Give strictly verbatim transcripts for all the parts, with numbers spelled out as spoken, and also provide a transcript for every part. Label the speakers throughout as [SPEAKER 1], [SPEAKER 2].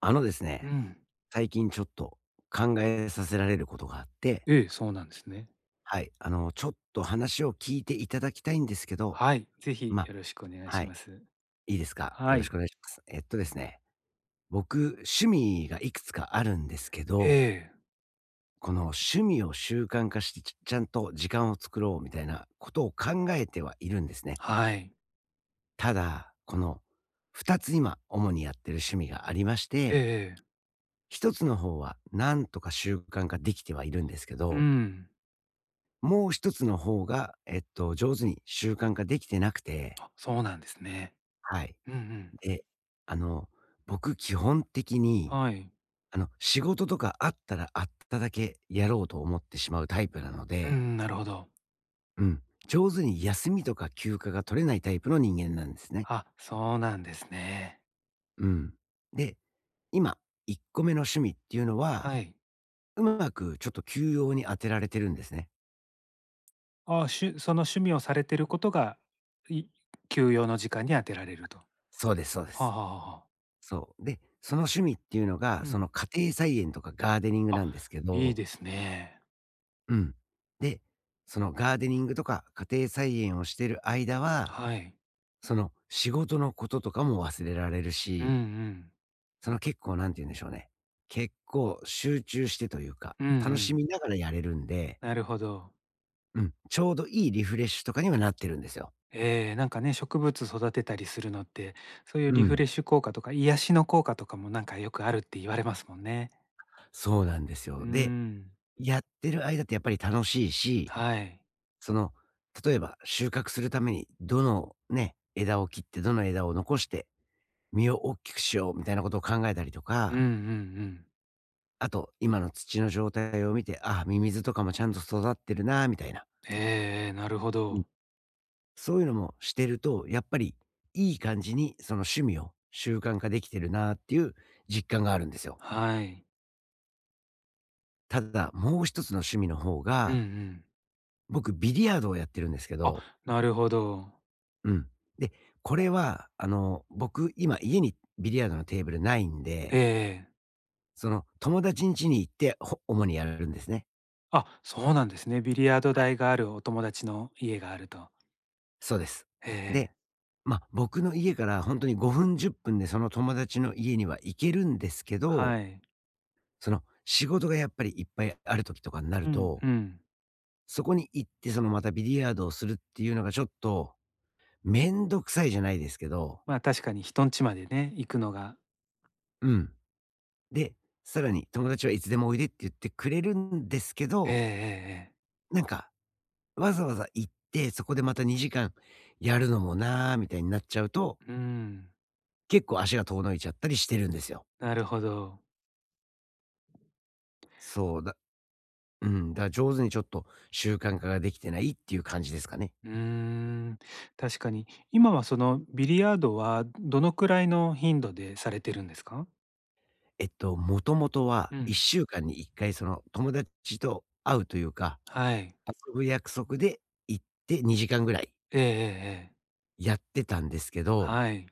[SPEAKER 1] あのです
[SPEAKER 2] う
[SPEAKER 1] ね、
[SPEAKER 2] ん。
[SPEAKER 1] 最近ちょっと考えさせられることがあって、
[SPEAKER 2] ええ、そうなんですね。
[SPEAKER 1] はい、あの、ちょっと話を聞いていただきたいんですけど、
[SPEAKER 2] はい、ぜひ
[SPEAKER 1] ま、あ、
[SPEAKER 2] よろしくお願い
[SPEAKER 1] は
[SPEAKER 2] し
[SPEAKER 1] い、
[SPEAKER 2] ます。
[SPEAKER 1] いいですか？
[SPEAKER 2] は
[SPEAKER 1] よろし
[SPEAKER 2] い。
[SPEAKER 1] くお願いします。えっとですね、僕、趣味がいくつかあるんですけ
[SPEAKER 2] え
[SPEAKER 1] ど、
[SPEAKER 2] え、
[SPEAKER 1] この趣味を習慣化して、ちちゃんと時間を作ろうみたいなことを考えてはいるんですね。
[SPEAKER 2] はい。
[SPEAKER 1] ただ、このふたつ今主にやってる趣味がありまし
[SPEAKER 2] ええ
[SPEAKER 1] て、
[SPEAKER 2] ええ。
[SPEAKER 1] ひとつの方はなんとか習慣化できてはいるんですけ
[SPEAKER 2] う
[SPEAKER 1] ど、
[SPEAKER 2] ん。
[SPEAKER 1] もう一つの方が、えっと、上手に習慣化できてなくて、
[SPEAKER 2] あ、そうなんですね。
[SPEAKER 1] はい。
[SPEAKER 2] うんうん。
[SPEAKER 1] で、あの、僕基本的に、
[SPEAKER 2] はい。
[SPEAKER 1] あの、仕事とかあったらあっただけやろうと思ってしまうタイプなの
[SPEAKER 2] う
[SPEAKER 1] で、
[SPEAKER 2] ん、なるほど。
[SPEAKER 1] うん。上手に休みとか休暇が取れないタイプの人間なんですね。
[SPEAKER 2] あ、そうなんですね。
[SPEAKER 1] うん。で、今、いっこめの趣味っていうのは、
[SPEAKER 2] はい。
[SPEAKER 1] うまくちょっと休養に当てられてるんですね。
[SPEAKER 2] ああ、しゅその趣味をされてることが、い休養の時間に充てられると。は
[SPEAKER 1] そうですそうで
[SPEAKER 2] あはあ
[SPEAKER 1] す。
[SPEAKER 2] はあはあ。
[SPEAKER 1] そう。で、その趣味っていうのが、
[SPEAKER 2] う
[SPEAKER 1] そ
[SPEAKER 2] ん。
[SPEAKER 1] の家庭菜園とかガーデニング
[SPEAKER 2] あ、
[SPEAKER 1] なんですけ
[SPEAKER 2] いい
[SPEAKER 1] ど、
[SPEAKER 2] ですね。
[SPEAKER 1] うん。で、そのガーデニングとか家庭菜園をしてる間は、
[SPEAKER 2] はい。
[SPEAKER 1] その仕事のこととかも忘れられる
[SPEAKER 2] うんう
[SPEAKER 1] し、
[SPEAKER 2] ん。
[SPEAKER 1] その結構なんて言うんでしょうね。結構集中してというか、
[SPEAKER 2] うんう
[SPEAKER 1] 楽し
[SPEAKER 2] ん。
[SPEAKER 1] みながらやれるんで、
[SPEAKER 2] なるほど。
[SPEAKER 1] うん、ちょうどいいリフレッシュとかにはなってるんですよ。
[SPEAKER 2] ええ、なんかね、植物育てたりするのって、そういう
[SPEAKER 1] う
[SPEAKER 2] リフ
[SPEAKER 1] ん。
[SPEAKER 2] レッシュ効果とか癒しの効果とかもなんかよくあるって言われますもんね。
[SPEAKER 1] そうなんです
[SPEAKER 2] う
[SPEAKER 1] よ。
[SPEAKER 2] ー
[SPEAKER 1] で、
[SPEAKER 2] ん、
[SPEAKER 1] やってる間ってやっぱり楽しいし、
[SPEAKER 2] はい。
[SPEAKER 1] その、例えば収穫するためにどのね、枝を切ってどの枝を残して実を大きくしようみたいなことを考えたりと
[SPEAKER 2] うんう
[SPEAKER 1] か、
[SPEAKER 2] んうん。
[SPEAKER 1] あと今の土の状態を見て、あ、ミミズとかもちゃんと育ってるなみたいな。
[SPEAKER 2] ええええ、なるほ
[SPEAKER 1] うん。
[SPEAKER 2] ど。
[SPEAKER 1] そういうのもしてると、やっぱりいい感じにその趣味を習慣化できてるなっていう実感があるんですよ。
[SPEAKER 2] はい。
[SPEAKER 1] ただ、もう一つの趣味の方
[SPEAKER 2] うんう
[SPEAKER 1] が、
[SPEAKER 2] ん。
[SPEAKER 1] 僕ビリヤードをやってるんですけ
[SPEAKER 2] あ、
[SPEAKER 1] ど、
[SPEAKER 2] なるほど。
[SPEAKER 1] うん。で、これは、あの、僕、今、家にビリヤードのテーブルないん
[SPEAKER 2] ええ
[SPEAKER 1] で、
[SPEAKER 2] ええ。
[SPEAKER 1] その、友達ん家に行って、ほ主にやるんですね。
[SPEAKER 2] あ、そうなんですね。ビリヤード
[SPEAKER 1] はい。
[SPEAKER 2] 台があるお友達の家があると。
[SPEAKER 1] そうです。
[SPEAKER 2] えええ
[SPEAKER 1] で、
[SPEAKER 2] え。
[SPEAKER 1] まあ、僕の家から本当にごふん、じゅっぷんでその友達の家には行けるんですけど、
[SPEAKER 2] はい。
[SPEAKER 1] その、仕事がやっぱりいっぱいある時とかになる
[SPEAKER 2] うん
[SPEAKER 1] と、
[SPEAKER 2] うん。
[SPEAKER 1] そこに行って、その、またビリヤードをするっていうのがちょっと、めんどくさいじゃないですけど、
[SPEAKER 2] まあ、確かに人ん家までね、行くのが。
[SPEAKER 1] うん。で、さらに友達はいつでもおいでって言ってくれるんですけ
[SPEAKER 2] ええええ
[SPEAKER 1] ど、
[SPEAKER 2] ええ。
[SPEAKER 1] なんか、わざわざ行って、そこでまたにじかんやるのもな、みたいになっちゃうと、
[SPEAKER 2] うーん、
[SPEAKER 1] 結構足が遠のいちゃったりしてるんですよ。
[SPEAKER 2] なるほど。
[SPEAKER 1] そうだうん、だから上手にちょっと習慣化ができてないっていう感じですかね。
[SPEAKER 2] うーん、確かに。今はそのビリヤードはどのくらいの頻度でされてるんですか？
[SPEAKER 1] えっと、もともとは
[SPEAKER 2] うん、
[SPEAKER 1] いっしゅうかんにいっかいその友達と会うというか、
[SPEAKER 2] はい。
[SPEAKER 1] 遊ぶ約束で行ってにじかんぐらい
[SPEAKER 2] ええええええ。
[SPEAKER 1] やってたんですけど、
[SPEAKER 2] はい。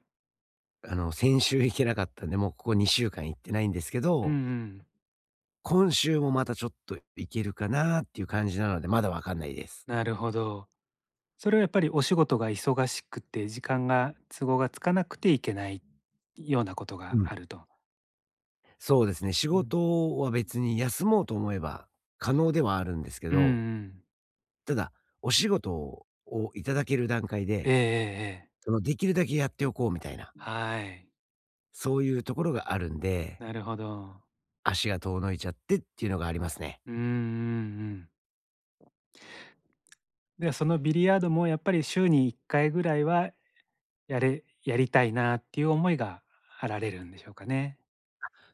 [SPEAKER 1] あの、先週行けなかったんで、もうここにしゅうかん行ってないんですけ
[SPEAKER 2] うんう
[SPEAKER 1] ど、
[SPEAKER 2] ん。
[SPEAKER 1] 今週もまたちょっといけるかなっていう感じなので、まだわかんないです。
[SPEAKER 2] なるほど。それはやっぱりお仕事が忙しくて、時間が都合がつかなくていけないようなこと
[SPEAKER 1] う
[SPEAKER 2] が
[SPEAKER 1] ん。
[SPEAKER 2] あると。
[SPEAKER 1] そうですね、仕
[SPEAKER 2] うん。
[SPEAKER 1] 事は別に休もうと思えば可能ではあるんですけ
[SPEAKER 2] うん
[SPEAKER 1] ど、
[SPEAKER 2] うん。
[SPEAKER 1] ただ、お仕事をいただける段階
[SPEAKER 2] え
[SPEAKER 1] で、
[SPEAKER 2] えええええ。
[SPEAKER 1] その、できるだけやっておこうみたいな、
[SPEAKER 2] はい。
[SPEAKER 1] そういうところがあるんで、
[SPEAKER 2] なるほど。
[SPEAKER 1] 足が遠のいちゃってっていうのがありますね。
[SPEAKER 2] うんうんうん。ではそのビリヤードもやっぱり週にいっかいぐらいはやれやりたいなっていう思いがあられるんでしょうかね。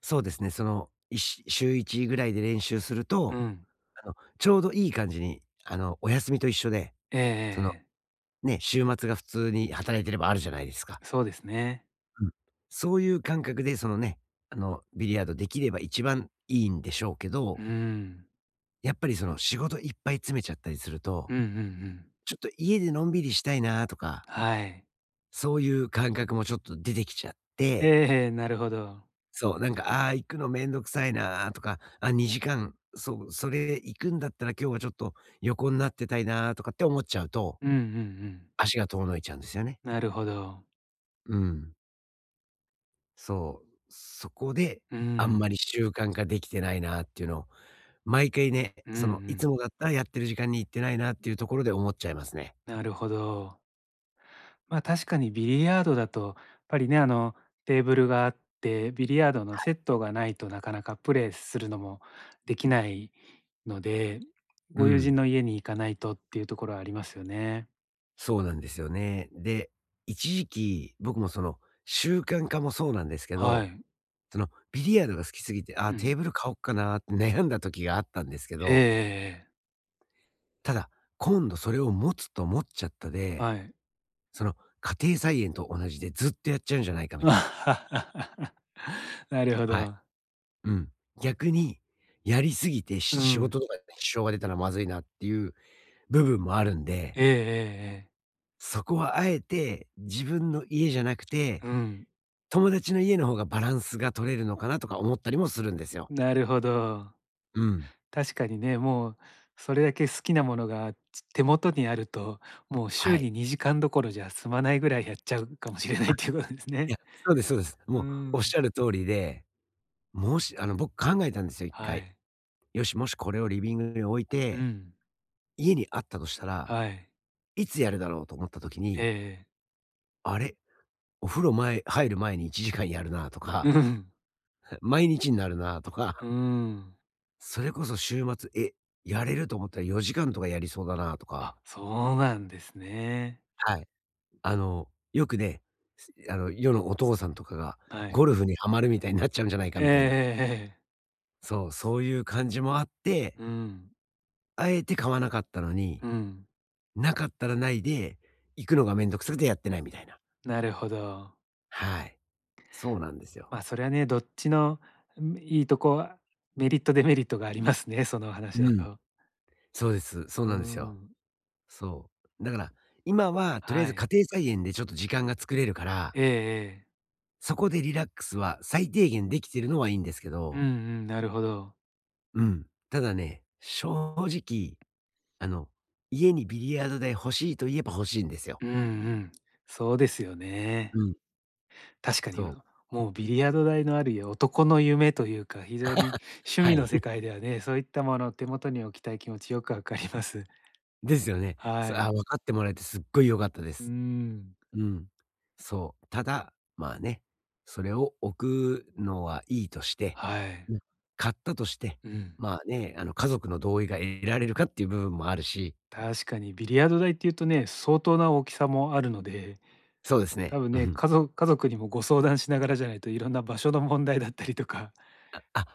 [SPEAKER 1] そうですね、その、いし週いちぐらいで練習する
[SPEAKER 2] う
[SPEAKER 1] と、
[SPEAKER 2] ん。
[SPEAKER 1] あの、ちょうどいい感じに、あの、お休みと一緒で、
[SPEAKER 2] ええええ
[SPEAKER 1] その、
[SPEAKER 2] ええ。
[SPEAKER 1] ね、週末が普通に働いてればあるじゃないですか。
[SPEAKER 2] そうですね。
[SPEAKER 1] うん。そういう感覚で、そのね、あの、ビリヤードできれば一番いいんでしょうけ
[SPEAKER 2] う
[SPEAKER 1] ど、
[SPEAKER 2] ん。
[SPEAKER 1] やっぱりその仕事いっぱい詰めちゃったりすると、
[SPEAKER 2] うんうんうん。
[SPEAKER 1] ちょっと家でのんびりしたいなとか、
[SPEAKER 2] はい。
[SPEAKER 1] そういう感覚もちょっと出てきちゃっ
[SPEAKER 2] ええ
[SPEAKER 1] て、
[SPEAKER 2] ええ、なるほど。
[SPEAKER 1] そう、なんか、ああー、行くのめんどくさいなとか、あ、にじかん、そう、それ行くんだったら今日はちょっと横になってたいなとかって思っちゃうと、
[SPEAKER 2] うんうんうん。
[SPEAKER 1] 足が遠のいちゃうんですよね。
[SPEAKER 2] なるほど。
[SPEAKER 1] うん。そう、そこで、
[SPEAKER 2] う
[SPEAKER 1] あんま
[SPEAKER 2] ん。
[SPEAKER 1] り習慣化できてないなっていうのを、毎回ね、
[SPEAKER 2] うんう
[SPEAKER 1] その、いつ
[SPEAKER 2] ん。
[SPEAKER 1] もだったらやってる時間に行ってないなっていうところで思っちゃいますね。
[SPEAKER 2] なるほど。まあ、確かにビリヤードだと、やっぱりね、あの、テーブルがあって、ビリヤードのセットがないとなかなかプレーするのもできないので、
[SPEAKER 1] う
[SPEAKER 2] ご友人
[SPEAKER 1] ん。
[SPEAKER 2] の家に行かないとっていうところはありますよね。
[SPEAKER 1] そうなんですよね。で、一時期、僕もその、習慣化もそうなんですけ
[SPEAKER 2] は
[SPEAKER 1] ど、
[SPEAKER 2] い。
[SPEAKER 1] その、ビリヤードが好きすぎて、あ、
[SPEAKER 2] うん。
[SPEAKER 1] テーブル買おっかなって悩んだ時があったんですけ
[SPEAKER 2] ええええ
[SPEAKER 1] ど、
[SPEAKER 2] ええ。
[SPEAKER 1] ただ、今度それを持つと持っちゃったで、
[SPEAKER 2] はい。
[SPEAKER 1] その、家庭菜園と同じでずっとやっちゃうんじゃないか みたいな。
[SPEAKER 2] なるほ
[SPEAKER 1] はい。
[SPEAKER 2] ど。
[SPEAKER 1] うん。逆に、やりすぎて、
[SPEAKER 2] う
[SPEAKER 1] し仕
[SPEAKER 2] ん。
[SPEAKER 1] 事とかに支障が出たらまずいなっていう部分もあるんで、
[SPEAKER 2] ええええええ。
[SPEAKER 1] そこはあえて自分の家じゃなくて、
[SPEAKER 2] うん。
[SPEAKER 1] 友達の家の方がバランスが取れるのかなとか思ったりもするんですよ。
[SPEAKER 2] なるほど。
[SPEAKER 1] うん。
[SPEAKER 2] 確かにね、もうそれだけ好きなものが、手元にあると、もう
[SPEAKER 1] は
[SPEAKER 2] 週
[SPEAKER 1] い。
[SPEAKER 2] ににじかんどころじゃ済まないぐらいやっちゃうかもしれない
[SPEAKER 1] あ、
[SPEAKER 2] っていうことです
[SPEAKER 1] い
[SPEAKER 2] ね。
[SPEAKER 1] や、そうですそうです。
[SPEAKER 2] う
[SPEAKER 1] もうおっ
[SPEAKER 2] ん。
[SPEAKER 1] しゃる通りで、もし、あの、僕考えたんですよ、一
[SPEAKER 2] は
[SPEAKER 1] 回。
[SPEAKER 2] い。
[SPEAKER 1] よし、もしこれをリビングに置い
[SPEAKER 2] う
[SPEAKER 1] て、
[SPEAKER 2] ん。
[SPEAKER 1] 家にあったとしたら、
[SPEAKER 2] はい。
[SPEAKER 1] いつやるだろうと思った時
[SPEAKER 2] ええ
[SPEAKER 1] に、
[SPEAKER 2] ええ。
[SPEAKER 1] あれ、お風呂前入る前にいちじかんやるなと
[SPEAKER 2] う
[SPEAKER 1] か
[SPEAKER 2] ん。
[SPEAKER 1] 毎日になるなと
[SPEAKER 2] う
[SPEAKER 1] か、
[SPEAKER 2] ーん。
[SPEAKER 1] それこそ週末、え、やれると思ったらよじかんとかやりそうだなとか、
[SPEAKER 2] あ、そうなんですね。
[SPEAKER 1] はい。あの、よくね、すあの、世のお父さんとかが
[SPEAKER 2] はい。
[SPEAKER 1] ゴルフにハマるみたいになっちゃうんじゃないか
[SPEAKER 2] ええ
[SPEAKER 1] み
[SPEAKER 2] え
[SPEAKER 1] たいな。
[SPEAKER 2] えええ。
[SPEAKER 1] そう、そういう感じもあって、
[SPEAKER 2] うん。
[SPEAKER 1] あえて買わなかったの
[SPEAKER 2] う
[SPEAKER 1] に、
[SPEAKER 2] ん、
[SPEAKER 1] なかったらないで、行くのがめんどくさくてやってないみたいな。
[SPEAKER 2] なるほど。
[SPEAKER 1] はい。そうなんですよ。
[SPEAKER 2] まあ、それはね、どっちの、ん、いいとこ、メリット、デメリットがありますね、その話
[SPEAKER 1] う
[SPEAKER 2] だ
[SPEAKER 1] ん。
[SPEAKER 2] と。
[SPEAKER 1] そうです。そう
[SPEAKER 2] う
[SPEAKER 1] なんですよ。
[SPEAKER 2] ん、
[SPEAKER 1] そう。だから、今はとりあえ
[SPEAKER 2] は
[SPEAKER 1] ず家
[SPEAKER 2] い。
[SPEAKER 1] 庭菜園でちょっと時間が作れるから
[SPEAKER 2] ええええ。
[SPEAKER 1] そこでリラックスは最低限できてるのはいいんですけ
[SPEAKER 2] うんう
[SPEAKER 1] ど、
[SPEAKER 2] ん、なるほど。
[SPEAKER 1] うん。ただね、正直、あの、家にビリヤード台欲しいと言えば欲しいんですよ。
[SPEAKER 2] うんうん、そうですよ
[SPEAKER 1] う
[SPEAKER 2] ね。
[SPEAKER 1] ん、
[SPEAKER 2] 確かに、
[SPEAKER 1] そう。
[SPEAKER 2] もうビリヤード台のある男の夢というか、非常に趣
[SPEAKER 1] は
[SPEAKER 2] 味
[SPEAKER 1] い。
[SPEAKER 2] の世 界ではね、そういったものを手元に置きたい気持ちよくわかります。
[SPEAKER 1] ですよね。
[SPEAKER 2] は
[SPEAKER 1] そう、
[SPEAKER 2] い。
[SPEAKER 1] あ、分かってもらえてすっごい良かったで
[SPEAKER 2] う
[SPEAKER 1] す。
[SPEAKER 2] ん、
[SPEAKER 1] うん。そう。ただ、まあね、それを置くのはいいとして、
[SPEAKER 2] はい。
[SPEAKER 1] うん、買ったとして、
[SPEAKER 2] うん。
[SPEAKER 1] まあね、あの、家族の同意が得られるかっていう部分もあるし、
[SPEAKER 2] 確かにビリヤード台っていうとね、相当な大きさもあるので、
[SPEAKER 1] そうですね。
[SPEAKER 2] 多分
[SPEAKER 1] う
[SPEAKER 2] ね、
[SPEAKER 1] ん。
[SPEAKER 2] 家族家族にもご相談しながらじゃないといろんな場所の問題だったりとか。
[SPEAKER 1] あ、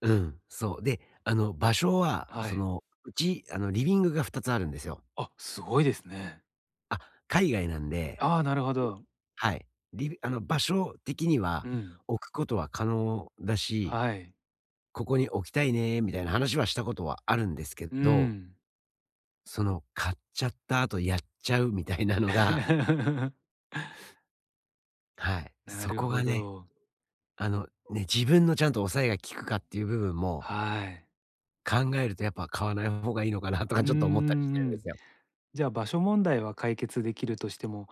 [SPEAKER 1] うん、そう。で、あの、場所は、
[SPEAKER 2] は
[SPEAKER 1] そ
[SPEAKER 2] い。
[SPEAKER 1] の、うち、あの、リビングがふたつあるんですよ。
[SPEAKER 2] あ、すごいですね。
[SPEAKER 1] あ、海外なんで、
[SPEAKER 2] ああ、なるほど。
[SPEAKER 1] はい。リビあの、場所的には
[SPEAKER 2] うん。
[SPEAKER 1] 置くことは可能だし、
[SPEAKER 2] はい。
[SPEAKER 1] ここに置きたいねみたいな話はしたことはあるんですけ
[SPEAKER 2] う
[SPEAKER 1] ど、
[SPEAKER 2] ん。
[SPEAKER 1] その、買っちゃった後やっちゃうみたいなのが、はい、
[SPEAKER 2] な
[SPEAKER 1] そ
[SPEAKER 2] る
[SPEAKER 1] こが
[SPEAKER 2] ほ
[SPEAKER 1] ね、
[SPEAKER 2] ど。
[SPEAKER 1] あの、ね、自分のちゃんと抑えが効くかっていう部分も
[SPEAKER 2] はい。
[SPEAKER 1] 考えるとやっぱ買わない方がいいのかなと
[SPEAKER 2] う
[SPEAKER 1] か
[SPEAKER 2] んう
[SPEAKER 1] ちょっと思ったりしてる
[SPEAKER 2] ん
[SPEAKER 1] ん
[SPEAKER 2] う
[SPEAKER 1] で
[SPEAKER 2] ん。
[SPEAKER 1] すよ。
[SPEAKER 2] じゃあ場所問題は解決できるとしても、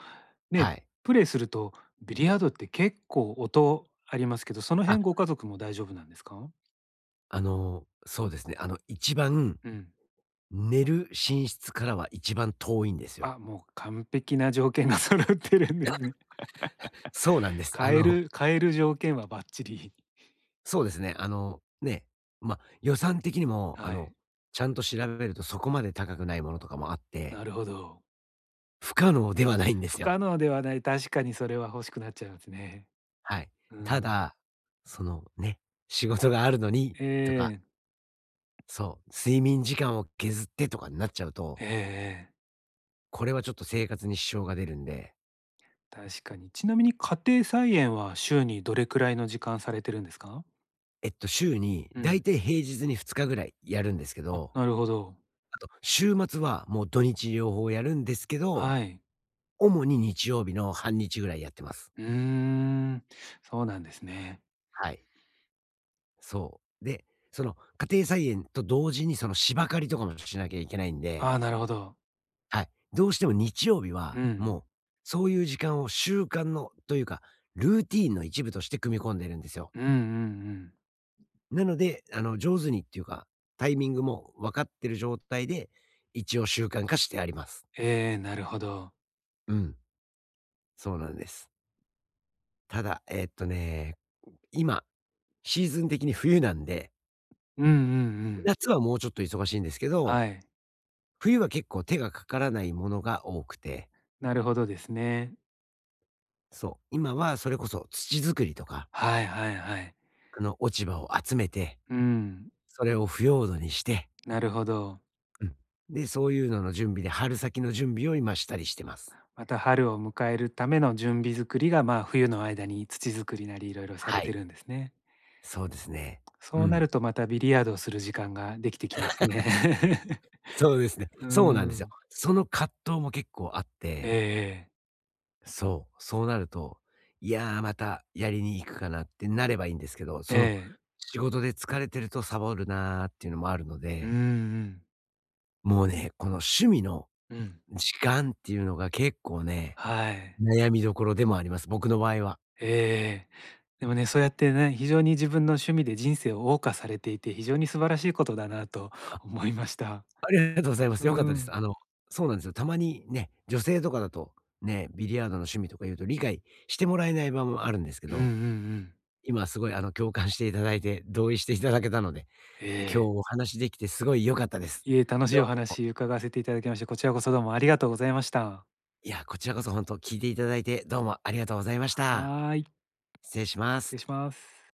[SPEAKER 1] は
[SPEAKER 2] ね、
[SPEAKER 1] い。
[SPEAKER 2] プレイするとビリヤードって結構音ありますけど、その
[SPEAKER 1] あ
[SPEAKER 2] 辺ご家族も大丈夫なんですか？
[SPEAKER 1] あの、そうですね。あの、一番
[SPEAKER 2] うん。
[SPEAKER 1] 寝る寝室からは一番遠いんですよ。
[SPEAKER 2] あ、もう完璧な条件が 揃ってるんですね。
[SPEAKER 1] そうなんです。あ
[SPEAKER 2] 買え
[SPEAKER 1] の、
[SPEAKER 2] る買える条件はバッチリ。
[SPEAKER 1] そうですね。あの、ね、まあ、予算的にも、あ
[SPEAKER 2] は
[SPEAKER 1] の、
[SPEAKER 2] い、
[SPEAKER 1] ちゃんと調べるとそこまで高くないものとかもあって、
[SPEAKER 2] なるほど。
[SPEAKER 1] 不可能ではないんで
[SPEAKER 2] 不
[SPEAKER 1] すよ。
[SPEAKER 2] 可能ではない、確かにそれは欲しくなっちゃいますね。
[SPEAKER 1] はい。
[SPEAKER 2] う
[SPEAKER 1] た
[SPEAKER 2] ん。
[SPEAKER 1] だ、そのね、仕事があるのに
[SPEAKER 2] え
[SPEAKER 1] とか、
[SPEAKER 2] え、
[SPEAKER 1] そう、睡眠時間を削ってとかになっちゃうと、
[SPEAKER 2] ええええ。
[SPEAKER 1] これはちょっと生活に支障が出るんで、
[SPEAKER 2] 確かに。ちなみに家庭菜園は週にどれくらいの時間されてるんですか？
[SPEAKER 1] えっと、週に
[SPEAKER 2] う
[SPEAKER 1] だい
[SPEAKER 2] ん。
[SPEAKER 1] たい平日にふつかぐらいやるんですけ
[SPEAKER 2] あ、
[SPEAKER 1] ど、
[SPEAKER 2] なるほど。
[SPEAKER 1] あと、週末はもう土日両方やるんですけど、
[SPEAKER 2] はい。
[SPEAKER 1] 主に日曜日の半日ぐらいやってます。
[SPEAKER 2] うーん、そうなんですね。
[SPEAKER 1] はい。そう。で、その家庭菜園と同時にその芝刈りとかもしなきゃいけないん
[SPEAKER 2] あ
[SPEAKER 1] で、
[SPEAKER 2] あ、なるほど。
[SPEAKER 1] はい。どうしても日曜日
[SPEAKER 2] う
[SPEAKER 1] は、
[SPEAKER 2] ん。
[SPEAKER 1] もう、そういう時間を習慣のというか、ルーティーンの一部として組み込んでるんですよ。
[SPEAKER 2] うんうんうん。
[SPEAKER 1] なので、あの、上手にっていうか、タイミングも分かってる状態で、一応習慣化してあります。
[SPEAKER 2] ええ、なるほど。
[SPEAKER 1] うん、そうなんです。ただ、えーっとね、今シーズン的に冬なんで、
[SPEAKER 2] うんうんうん。
[SPEAKER 1] 夏はもうちょっと忙しいんですけど、
[SPEAKER 2] はい。
[SPEAKER 1] 冬は結構手がかからないものが多くて、
[SPEAKER 2] なるほどですね。
[SPEAKER 1] そう、今はそれこそ土作りとか、
[SPEAKER 2] はいはいはい。
[SPEAKER 1] あの、落ち葉を集めて、
[SPEAKER 2] うん、
[SPEAKER 1] それを腐葉土にして、
[SPEAKER 2] なるほど。
[SPEAKER 1] うん。で、そういうのの準備で、春先の準備を今したりしてます。
[SPEAKER 2] また春を迎えるための準備作りが、まあ、冬の間に土作りなりいろいろさ
[SPEAKER 1] は
[SPEAKER 2] れ
[SPEAKER 1] い、
[SPEAKER 2] てるんですね。
[SPEAKER 1] そうですね。う
[SPEAKER 2] そうな
[SPEAKER 1] ん。
[SPEAKER 2] るとまたビリヤードをする時間ができてきますね。
[SPEAKER 1] そうですね。
[SPEAKER 2] う
[SPEAKER 1] そうなんで
[SPEAKER 2] ー
[SPEAKER 1] すよ。
[SPEAKER 2] ん。
[SPEAKER 1] その葛藤も結構あっ
[SPEAKER 2] ええ
[SPEAKER 1] て
[SPEAKER 2] ええ。
[SPEAKER 1] そう、そうなると、いや、またやりに行くかなってなればいいんですけど、その、仕事で疲れてるとサボるなーっていうのもあるの
[SPEAKER 2] うんう
[SPEAKER 1] で、
[SPEAKER 2] ん。
[SPEAKER 1] もうね、この趣味の
[SPEAKER 2] うん。
[SPEAKER 1] 時間っていうのが結構ね、
[SPEAKER 2] はい。
[SPEAKER 1] 悩みどころでもあります。僕の場合は。
[SPEAKER 2] ええええ。でもね、そうやってね、非常に自分の趣味で人生を謳歌されていて、非常に素晴らしいことだなと
[SPEAKER 1] あ、
[SPEAKER 2] 思いました。
[SPEAKER 1] ありがとうございま
[SPEAKER 2] う
[SPEAKER 1] す。良かったです。
[SPEAKER 2] ん。
[SPEAKER 1] あの、そうなんですよ。たまにね、女性とかだと、ね、ビリヤードの趣味とか言うと理解してもらえない場もあるんですけ
[SPEAKER 2] うんうんう
[SPEAKER 1] ど、
[SPEAKER 2] ん。
[SPEAKER 1] 今すごいあの、共感していただいて、同意していただけたので、
[SPEAKER 2] え
[SPEAKER 1] 今日
[SPEAKER 2] え。
[SPEAKER 1] お話できてすごい良かったです。
[SPEAKER 2] いえ、楽し
[SPEAKER 1] ど
[SPEAKER 2] いお
[SPEAKER 1] うも、
[SPEAKER 2] 話伺わせていただきまして、こちらこそどうもありがとうございました。
[SPEAKER 1] いや、こちらこそ本当聞いていただいて、どうもありがとうございました。
[SPEAKER 2] はーい、
[SPEAKER 1] 失礼しま
[SPEAKER 2] 失
[SPEAKER 1] す。
[SPEAKER 2] 礼します。